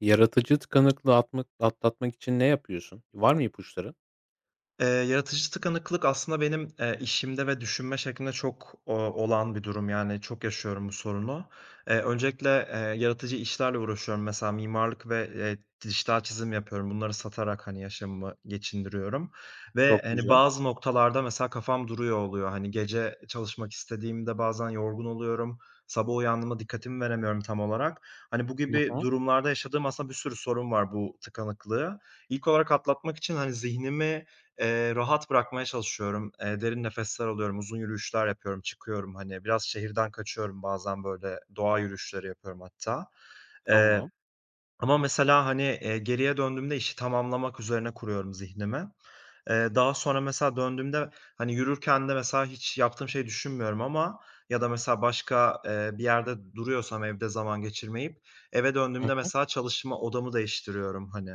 Yaratıcı tıkanıklığı atlatmak için ne yapıyorsun? Var mı ipuçları? Yaratıcı tıkanıklık aslında benim, işimde ve düşünme şeklimde çok, olan bir durum. Yani çok yaşıyorum bu sorunu. Öncelikle, yaratıcı işlerle uğraşıyorum. Mesela mimarlık ve, dijital çizim yapıyorum. Bunları satarak, hani, yaşamımı geçindiriyorum ve, Çok hani, güzel. bazı noktalarda mesela kafam duruyor oluyor. Hani, gece çalışmak istediğimde bazen yorgun oluyorum. Sabah uyandığımda dikkatimi veremiyorum tam olarak. Hani, bu Hı gibi hı. durumlarda yaşadığım aslında bir sürü sorun var bu tıkanıklığı. İlk olarak atlatmak için, hani, zihnimi, rahat bırakmaya çalışıyorum. Derin nefesler alıyorum, uzun yürüyüşler yapıyorum, çıkıyorum, hani, biraz şehirden kaçıyorum bazen, böyle, doğa yürüyüşleri yapıyorum hatta. Eee Tamam. Ama mesela, hani, geriye döndüğümde işi tamamlamak üzerine kuruyorum zihnimi. Daha sonra mesela döndüğümde, hani, yürürken de mesela hiç yaptığım şeyi düşünmüyorum ama ya da mesela başka, bir yerde duruyorsam evde zaman geçirmeyip eve Hı döndüğümde hı. mesela çalışma odamı değiştiriyorum, hani.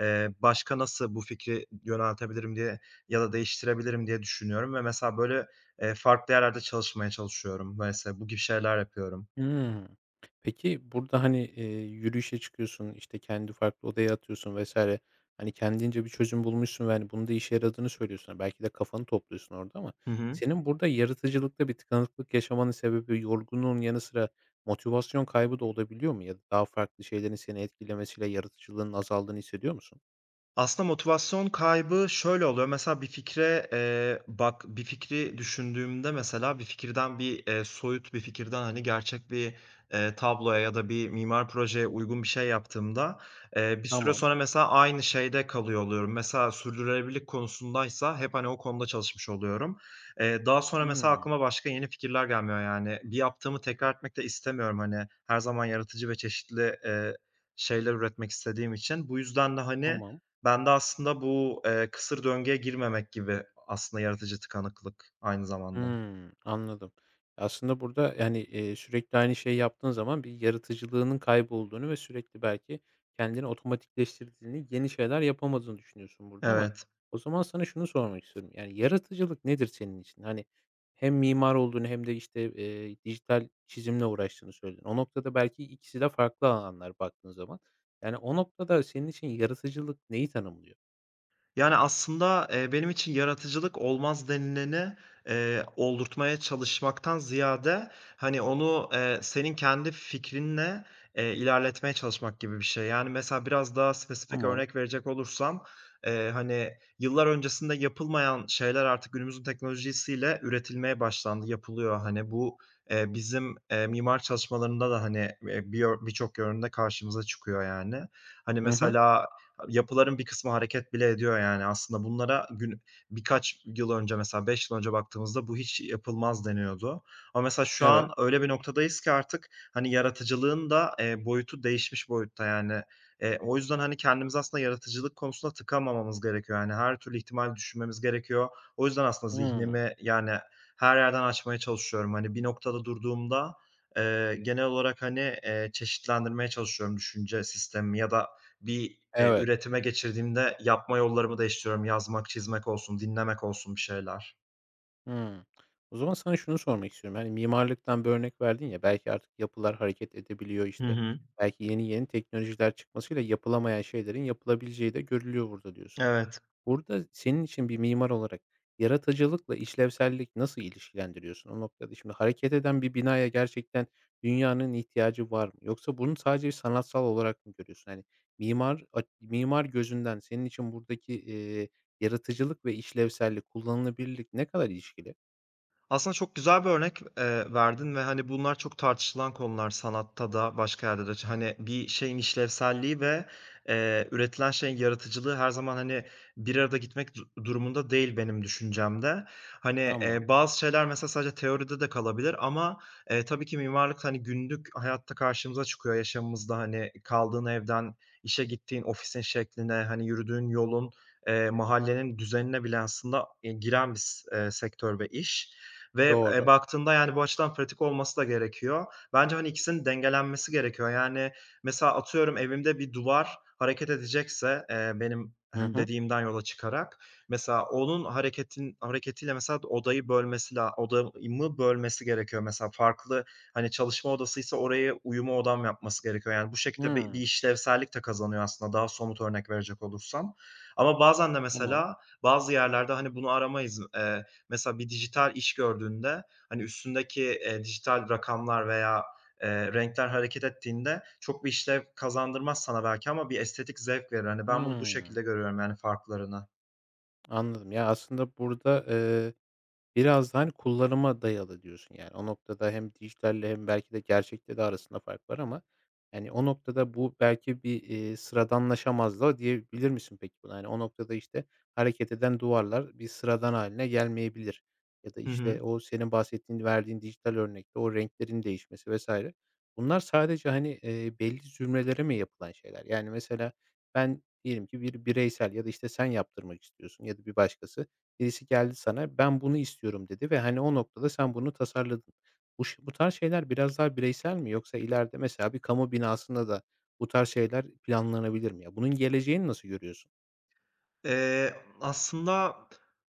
Başka nasıl bu fikri yöneltebilirim diye ya da değiştirebilirim diye düşünüyorum ve mesela böyle, farklı yerlerde çalışmaya çalışıyorum mesela bu gibi şeyler yapıyorum. Hımm. Peki, burada, hani, yürüyüşe çıkıyorsun, işte, kendi farklı odaya atıyorsun vesaire. Hani, kendince bir çözüm bulmuşsun ve, hani, bunun da işe yaradığını söylüyorsun. Hani, belki de kafanı topluyorsun orada ama Hı hı. senin burada yaratıcılıkta bir tıkanıklık yaşamanın sebebi yorgunluğun yanı sıra motivasyon kaybı da olabiliyor mu ya da daha farklı şeylerin seni etkilemesiyle yaratıcılığının azaldığını hissediyor musun? Aslında motivasyon kaybı şöyle oluyor. Mesela bir fikre, bak bir fikri düşündüğümde mesela bir fikirden bir, soyut bir fikirden, hani, gerçek bir, tabloya ya da bir mimar projeye uygun bir şey yaptığımda, bir süre Tamam. sonra mesela aynı şeyde kalıyor oluyorum. Mesela sürdürülebilirlik konusundaysa hep, hani, o konuda çalışmış oluyorum. Daha sonra mesela Hımm. aklıma başka yeni fikirler gelmiyor yani. Bir yaptığımı tekrar etmek de istemiyorum, hani, her zaman yaratıcı ve çeşitli, şeyler üretmek istediğim için. Bu yüzden de, hani, Tamam. ben de aslında bu, kısır döngüye girmemek gibi aslında yaratıcı tıkanıklık aynı zamanda. Hımm, anladım. Aslında burada, yani, sürekli aynı şeyi yaptığın zaman bir yaratıcılığının kaybolduğunu ve sürekli belki kendini otomatikleştirdiğini, yeni şeyler yapamadığını düşünüyorsun burada ama Evet. o zaman sana şunu sormak istiyorum. Yani, yaratıcılık nedir senin için? Hani, hem mimar olduğunu hem de, işte, dijital çizimle uğraştığını söyledin. O noktada belki ikisi de farklı alanlar baktığın zaman. Yani, o noktada senin için yaratıcılık neyi tanımlıyor? Yani, aslında, benim için yaratıcılık olmaz denileni, oldurtmaya çalışmaktan ziyade, hani, onu, senin kendi fikrinle, ilerletmeye çalışmak gibi bir şey. Yani, mesela biraz daha spesifik Tamam. örnek verecek olursam, hani, yıllar öncesinde yapılmayan şeyler artık günümüzün teknolojisiyle üretilmeye başlandı, yapılıyor. Hani, bu, bizim, mimar çalışmalarında da, hani, eee, bir birçok yönde karşımıza çıkıyor, yani. Hani, Hı hı. mesela, yapıların bir kısmı hareket bile ediyor yani aslında bunlara birkaç yıl önce mesela 5 yıl önce baktığımızda bu hiç yapılmaz deniyordu. Ama mesela şu an Evet. öyle bir noktadayız ki artık, hani, yaratıcılığın da, boyutu değişmiş boyutta yani. O yüzden, hani, kendimiz aslında yaratıcılık konusunda tıkamamamız gerekiyor. Yani her türlü ihtimali düşünmemiz gerekiyor. O yüzden aslında Hımm. zihnimi, yani, her yerden açmaya çalışıyorum. Hani, bir noktada durduğumda, genel olarak, hani, çeşitlendirmeye çalışıyorum düşünce sistemimi ya da bir, Evet. üretime geçirdiğimde yapma yollarımı değiştiriyorum. Yazmak, çizmek olsun, dinlemek olsun bir şeyler. Hımm. O zaman sana şunu sormak istiyorum. Hani, mimarlıktan bir örnek verdin ya, belki artık yapılar hareket edebiliyor, Hı işte, hı. belki yeni yeni teknolojiler çıkmasıyla yapılamayan şeylerin yapılabileceği de görülüyor burada diyorsun. Evet. Burada senin için bir mimar olarak yaratıcılıkla işlevsellik nasıl ilişkilendiriyorsun? O noktada şimdi hareket eden bir binaya gerçekten dünyanın ihtiyacı var mı? Yoksa bunu sadece sanatsal olarak mı görüyorsun? Hani, mimar gözünden senin için buradaki, yaratıcılık ve işlevsellik, kullanılabilirlik ne kadar ilişkili? Aslında çok güzel bir örnek, verdin ve, hani, bunlar çok tartışılan konular sanatta da başka yerde de. Hani, bir şeyin işlevselliği ve, üretilen şeyin yaratıcılığı her zaman, hani, bir arada gitmek durumunda değil benim düşüncemde. Hani, Tamam, bazı şeyler mesela sadece teoride de kalabilir ama, tabii ki mimarlık, hani, günlük hayatta karşımıza çıkıyor yaşamımızda. Hani, kaldığın evden, işe gittiğin ofisin şekline, hani, yürüdüğün yolun, mahallenin düzenine bile aslında, giren bir s sektör ve iş. Ve, doğru. baktığında, yani, bu açıdan pratik olması da gerekiyor. Bence, hani, ikisinin dengelenmesi gerekiyor. Yani, mesela atıyorum evimde bir duvar hareket edecekse, benim, Hı hani, hı. dediğimden yola çıkarak, mesela onun hareketiyle mesela odayı bölmesi la odamı bölmesi gerekiyor. Mesela farklı, hani, çalışma odasıysa oraya uyuma odam yapması gerekiyor. Yani, bu şekilde bir Hımm, işlevsellik de kazanıyor aslında daha somut örnek verecek olursam. Ama bazen de tamam. mesela bazı yerlerde, hani, bunu aramayız. Mesela bir dijital iş gördüğünde, hani, üstündeki, dijital rakamlar veya, renkler hareket ettiğinde çok bir işlev kazandırmaz sana belki ama bir estetik zevk verir. Hani, ben bunu bu Hımm, şekilde görüyorum, yani, farklarını. anladım. Ya, aslında burada, biraz da, hani, kullanıma dayalı diyorsun, yani. O noktada hem dijitalle hem belki de gerçekte de arasında fark var ama, yani o noktada bu belki bir, sıradanlaşamazlığa diyebilir misin peki buna? Yani o noktada, işte, hareket eden duvarlar bir sıradan haline gelmeyebilir ya da, Hı hı. işte, o senin bahsettiğin, verdiğin dijital örnekte o renklerin değişmesi vesaire bunlar sadece, hani, belli zümrelere mi yapılan şeyler? Yani, mesela ben diyelim ki bir bireysel ya da, işte, sen yaptırmak istiyorsun ya da bir başkası. Birisi geldi sana, "Ben bunu istiyorum." dedi ve, hani, o noktada sen bunu tasarladın. Bu tarz şeyler biraz daha bireysel mi yoksa ileride mesela bir kamu binasında da bu tarz şeyler planlanabilir mi? Ya, bunun geleceğini nasıl görüyorsun? Eee, Aslında,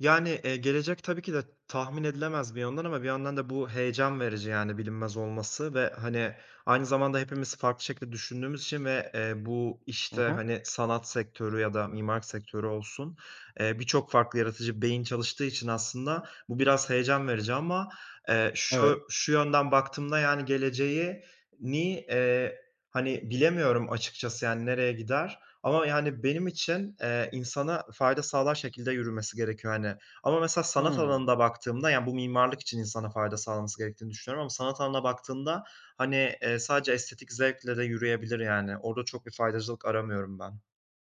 yani, gelecek tabii ki de tahmin edilemez bir yandan ama bir yandan da bu heyecan verici, yani, bilinmez olması ve, hani, aynı zamanda hepimiz farklı şekilde düşündüğümüz için ve, bu Hı işte, hı. hani, sanat sektörü ya da mimarlık sektörü olsun, birçok farklı yaratıcı beyin çalıştığı için aslında bu biraz heyecan verici ama, Evet. şu yönden baktığımda, yani, ni, eee, hani, bilemiyorum açıkçası, yani, nereye gider. Ama, yani, benim için, insana fayda sağlar şekilde yürümesi gerekiyor, hani. Ama mesela sanat Hıı. alanında baktığımda, yani, bu mimarlık için insana fayda sağlaması gerektiğini düşünüyorum ama sanat alanına baktığımda, hani, sadece estetik zevkle de yürüyebilir, yani. Orada çok bir faydacılık aramıyorum ben.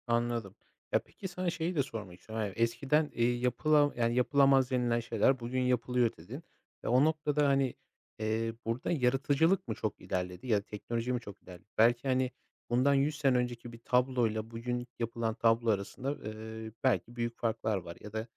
Anladım. Ya, peki sana şeyi de sormak istiyorum. Yani, eskiden, yapıla yani, "Yapılamaz" denilen şeyler bugün yapılıyor dedin ve o noktada, hani, burada yaratıcılık mı çok ilerledi ya da teknoloji mi çok ilerledi? Belki, hani, bundan 100 sene önceki bir tabloyla bugün yapılan tablo arasında, belki büyük farklar var ya da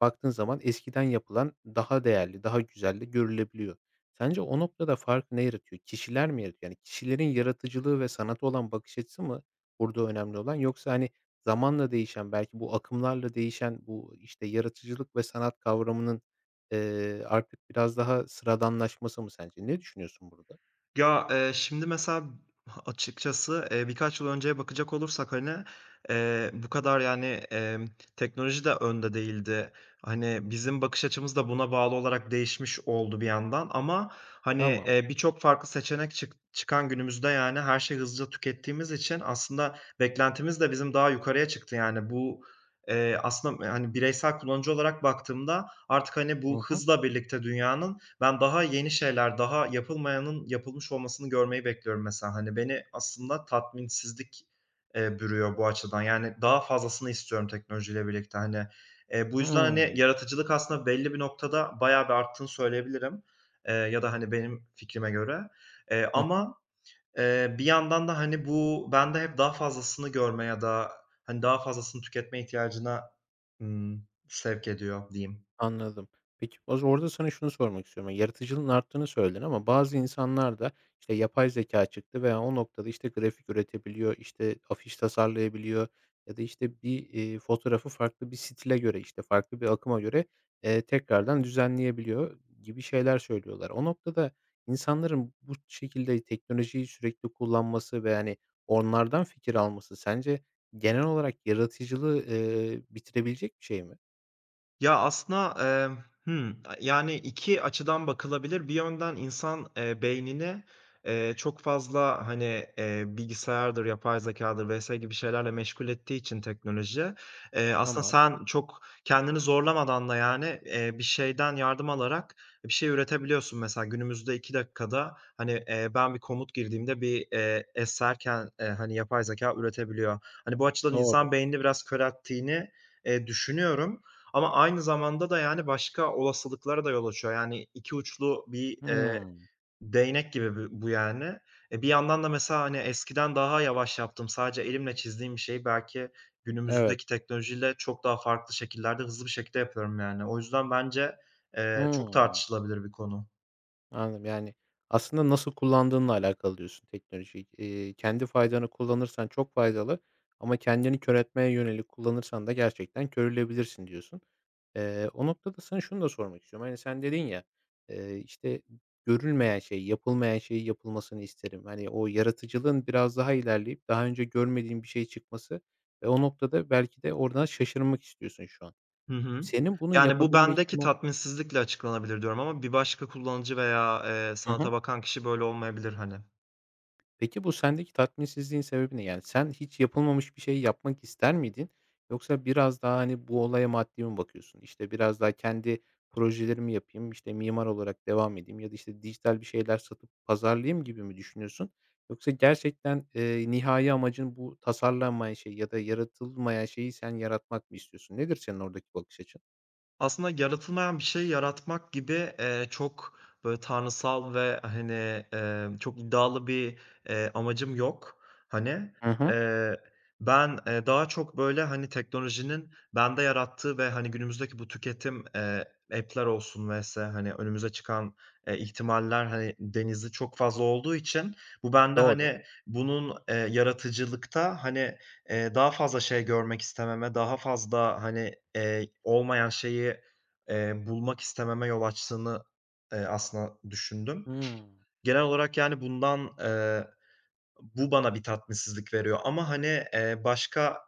baktığın zaman eskiden yapılan daha değerli, daha güzel de görülebiliyor. Sence o noktada farkı ne yaratıyor? Kişiler mi yaratıyor? Yani, kişilerin yaratıcılığı ve sanata olan bakış açısı mı burada önemli olan yoksa, hani, zamanla değişen, belki bu akımlarla değişen, bu, işte, yaratıcılık ve sanat kavramının, artık biraz daha sıradanlaşması mı sence? Ne düşünüyorsun burada? Ya, şimdi mesela açıkçası, birkaç yıl önceye bakacak olursak, hani, bu kadar, yani, teknoloji de önde değildi. Hani, bizim bakış açımız da buna bağlı olarak değişmiş oldu bir yandan ama, hani, Tamam. Birçok farklı seçenek çıkan günümüzde, yani, her şeyi hızlıca tükettiğimiz için aslında beklentimiz de bizim daha yukarıya çıktı. Yani, bu, aslında, hani, bireysel kullanıcı olarak baktığımda artık, hani, bu Hı hı. hızla birlikte dünyanın ben daha yeni şeyler, daha yapılmayanın yapılmış olmasını görmeyi bekliyorum mesela. Hani, beni aslında tatminsizlik, bürüyor bu açıdan. Yani, daha fazlasını istiyorum teknolojiyle birlikte, hani. Bu yüzden, hani, Hımm. yaratıcılık aslında belli bir noktada bayağı bir arttığını söyleyebilirim, ya da, hani, benim fikrime göre. Ama, bir yandan da, hani, bu bende hep daha fazlasını görme ya da, hani, daha fazlasını tüketme ihtiyacına, sevk ediyor diyeyim. Anladım. Peki, o za orada sana şunu sormak istiyorum. Yani, yaratıcılığın arttığını söyledin ama bazı insanlar da, işte, yapay zeka çıktı veya o noktada, işte, grafik üretebiliyor, işte, afiş tasarlayabiliyor ya da, işte, bir, fotoğrafı farklı bir stile göre, işte, farklı bir akıma göre, tekrardan düzenleyebiliyor gibi şeyler söylüyorlar. O noktada insanların bu şekilde teknolojiyi sürekli kullanması ve, yani onlardan fikir alması sence genel olarak yaratıcılığı, bitirebilecek bir şey mi? Ya, aslında, emm, yani 2 açıdan bakılabilir. Bir yönden insan, beynini, çok fazla, hani, bilgisayardır, yapay zekâdır vs. gibi şeylerle meşgul ettiği için teknoloji, aslında Tamam, sen çok kendini zorlamadan da, yani, bir şeyden yardım alarak bir şey üretebiliyorsun. Mesela günümüzde 2 dakikada, hani, ben bir komut girdiğimde bir, eser hani, yapay zeka üretebiliyor. Hani, bu açıdan doğru. insan beynini biraz körelttiğini, düşünüyorum. Ama aynı zamanda da, yani, başka olasılıklara da yol açıyor. Yani, iki uçlu bir, Hımm. değnek gibi bu yani. Bir yandan da mesela, hani, eskiden daha yavaş yaptığım, sadece elimle çizdiğim bir şeyi belki Evet. günümüzdeki teknolojiyle çok daha farklı şekillerde, hızlı bir şekilde yapıyorum, yani. O yüzden bence, çok Hımm. tartışılabilir bir konu. Anladım. Yani, aslında nasıl kullandığınla alakalı diyorsun teknolojiyi. Kendi faydana kullanırsan çok faydalı ama kendini kör etmeye yönelik kullanırsan da gerçekten körülebilirsin diyorsun. O noktada sana şunu da sormak istiyorum. Hani, sen dedin ya, işte, görülmeyen şey, yapılmayan şeyin yapılmasını isterim. Hani, o yaratıcılığın biraz daha ilerleyip daha önce görmediğin bir şey çıkması ve o noktada belki de oradan şaşırmak istiyorsun şu an. Hı hı. Senin bunu Yani, bu yapabilme bendeki ihtima tatminsizlikle açıklanabilir diyorum ama bir başka kullanıcı veya, Hı sanata hı. bakan kişi böyle olmayabilir, hani. Peki bu sendeki tatminsizliğin sebebi ne? Yani sen hiç yapılmamış bir şey yapmak ister miydin? Yoksa biraz daha, hani, bu olaya maddi mi bakıyorsun? İşte, biraz daha kendi projelerimi yapayım, işte, mimar olarak devam edeyim ya da, işte, dijital bir şeyler satıp pazarlayayım gibi mi düşünüyorsun? Yoksa gerçekten, nihai amacın bu tasarlanmayan şey ya da yaratılmayan şeyi sen yaratmak mı istiyorsun? Nedir senin oradaki bakış açın? Aslında yaratılmayan bir şey yaratmak gibi, çok böyle tanrısal ve, hani, çok iddialı bir, amacım yok, hani. Hı hı. Eee, Ben, daha çok böyle, hani, teknolojinin bende yarattığı ve, hani, günümüzdeki bu tüketim, app'ler olsun vs. hani, önümüze çıkan, ihtimaller, hani, denizi çok fazla olduğu için bu bende, Doğru. hani, bunun, yaratıcılıkta, hani, daha fazla şey görmek istememe, daha fazla, hani, olmayan şeyi, bulmak istememe yol açtığını, aslında düşündüm. Hımm. Genel olarak, yani, bundan, bu bana bir tatminsizlik veriyor ama, hani, başka,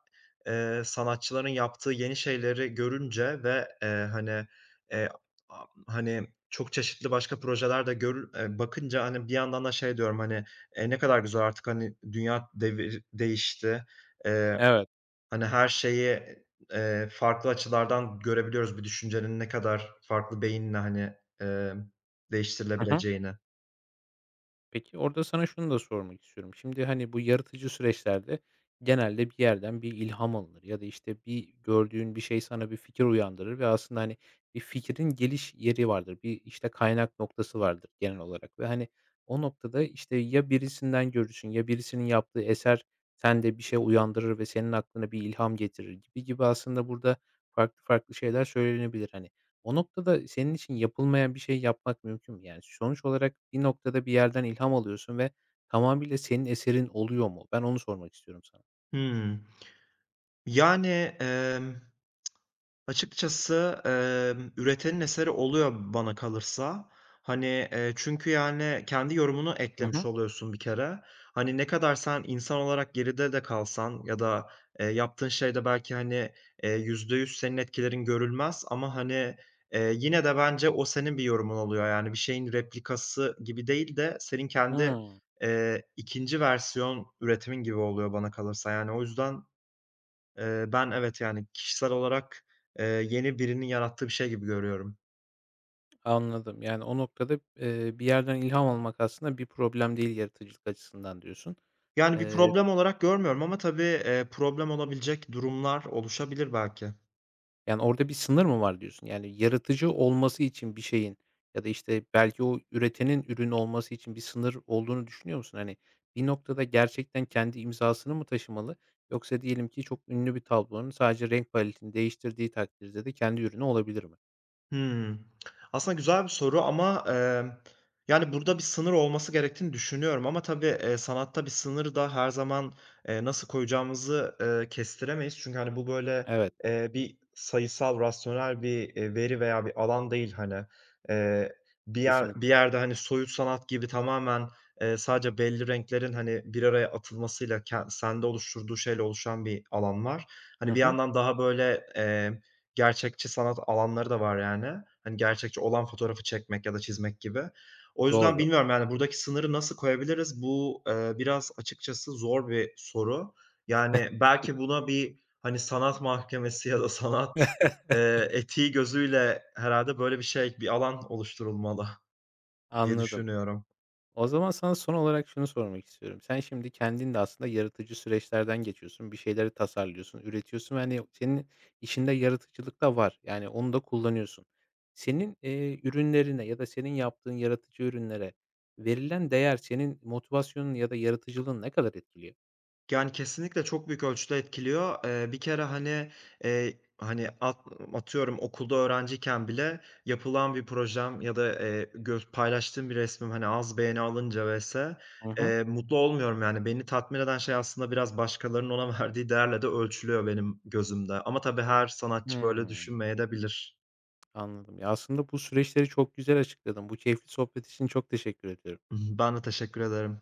sanatçıların yaptığı yeni şeyleri görünce ve, hani, eee, a hani, çok çeşitli başka projeler de görü bakınca, hani, bir yandan da şey diyorum, hani, "Ne kadar güzel artık, hani, dünya devir değişti." Eee Evet. Hani, her şeyi, farklı açılardan görebiliyoruz bir düşüncenin ne kadar farklı beyinle, hani, emm, Hı hı. değiştirilebileceğini. Peki, orada sana şunu da sormak istiyorum. Şimdi, hani, bu yaratıcı süreçlerde genelde bir yerden bir ilham alınır ya da, işte, bir gördüğün bir şey sana bir fikir uyandırır ve aslında, hani, bir fikrin geliş yeri vardır. Bir, işte, kaynak noktası vardır genel olarak ve, hani, o noktada, işte, ya birisinden görürsün ya birisinin yaptığı eser sende bir şey uyandırır ve senin aklına bir ilham getirir gibi gibi aslında burada farklı şeyler söylenebilir, hani. O noktada senin için yapılmayan bir şey yapmak mümkün mü? Yani sonuç olarak bir noktada bir yerden ilham alıyorsun ve tamamıyla senin eserin oluyor mu? Ben onu sormak istiyorum sana. Hımm. Yani, emm açıkçası, üretenin eseri oluyor bana kalırsa. Hani, çünkü, yani, kendi yorumunu Hı eklemiş hı. oluyorsun bir kere. Hani, ne kadar sen insan olarak geride de kalsan ya da, yaptığın şeyde belki, hani, %100 senin etkilerin görülmez ama, hani, yine de bence o senin bir yorumun oluyor. Yani, bir şeyin replikası gibi değil de senin kendi, Hımm. 2'nci versiyon üretimin gibi oluyor bana kalırsa. Yani, o yüzden ben evet, yani, kişisel olarak, yeni birinin yarattığı bir şey gibi görüyorum. Anladım. Yani o noktada, bir yerden ilham almak aslında bir problem değil yaratıcılık açısından diyorsun. Yani, bir Eee problem olarak görmüyorum ama tabii, problem olabilecek durumlar oluşabilir belki. Yani, orada bir sınır mı var diyorsun? Yani, yaratıcı olması için bir şeyin ya da, işte, belki o üretenin ürün olması için bir sınır olduğunu düşünüyor musun? Hani, bir noktada gerçekten kendi imzasını mı taşımalı yoksa diyelim ki çok ünlü bir tablonun sadece renk paletini değiştirdiği takdirde de kendi ürünü olabilir mi? Hımm. Aslında güzel bir soru ama, yani, burada bir sınır olması gerektiğini düşünüyorum ama tabii, sanatta bir sınır da her zaman, nasıl koyacağımızı, kestiremeyiz. Çünkü, hani, bu böyle, Evet, bir sayısal, rasyonel bir, veri veya bir alan değil, hani. Eee, bir yer kesinlikle. bir yerde, hani, soyut sanat gibi tamamen, sadece belli renklerin, hani, bir araya atılmasıyla sende oluşturduğu şeyle oluşan bir alan var. Hani, bir Hı hı. yandan daha böyle. Gerçekçi sanat alanları da var yani. Hani, gerçekçi olan fotoğrafı çekmek ya da çizmek gibi. O yüzden Doğru. bilmiyorum, yani, buradaki sınırı nasıl koyabiliriz? Bu, biraz açıkçası zor bir soru. Yani, belki buna bir, hani, sanat mahkemesi ya da sanat, etiği gözüyle herhâlde böyle bir şey, bir alan oluşturulmalı diye Anladım. düşünüyorum. O zaman sana son olarak şunu sormak istiyorum. Sen şimdi kendin de aslında yaratıcı süreçlerden geçiyorsun. Bir şeyleri tasarlıyorsun, üretiyorsun. Yani senin işinde yaratıcılık da var. Yani onu da kullanıyorsun. Senin, ürünlerine ya da senin yaptığın yaratıcı ürünlere verilen değer senin motivasyonun ya da yaratıcılığın ne kadar etkiliyor? Yani, kesinlikle çok büyük ölçüde etkiliyor. Bir kere, hani, hani, atıyorum okulda öğrenciyken bile yapılan bir projem ya da, paylaştığım bir resmim, hani, az beğeni alınca vs. Hı hı. Mutlu olmuyorum, yani. Beni tatmin eden şey aslında biraz başkalarının ona verdiği değerle de ölçülüyor benim gözümde ama tabii her sanatçı böyle Hımm. düşünmeyebilir. Anladım. Ya, aslında bu süreçleri çok güzel açıkladın. Bu keyifli sohbet için çok teşekkür ediyorum. Ben de teşekkür ederim.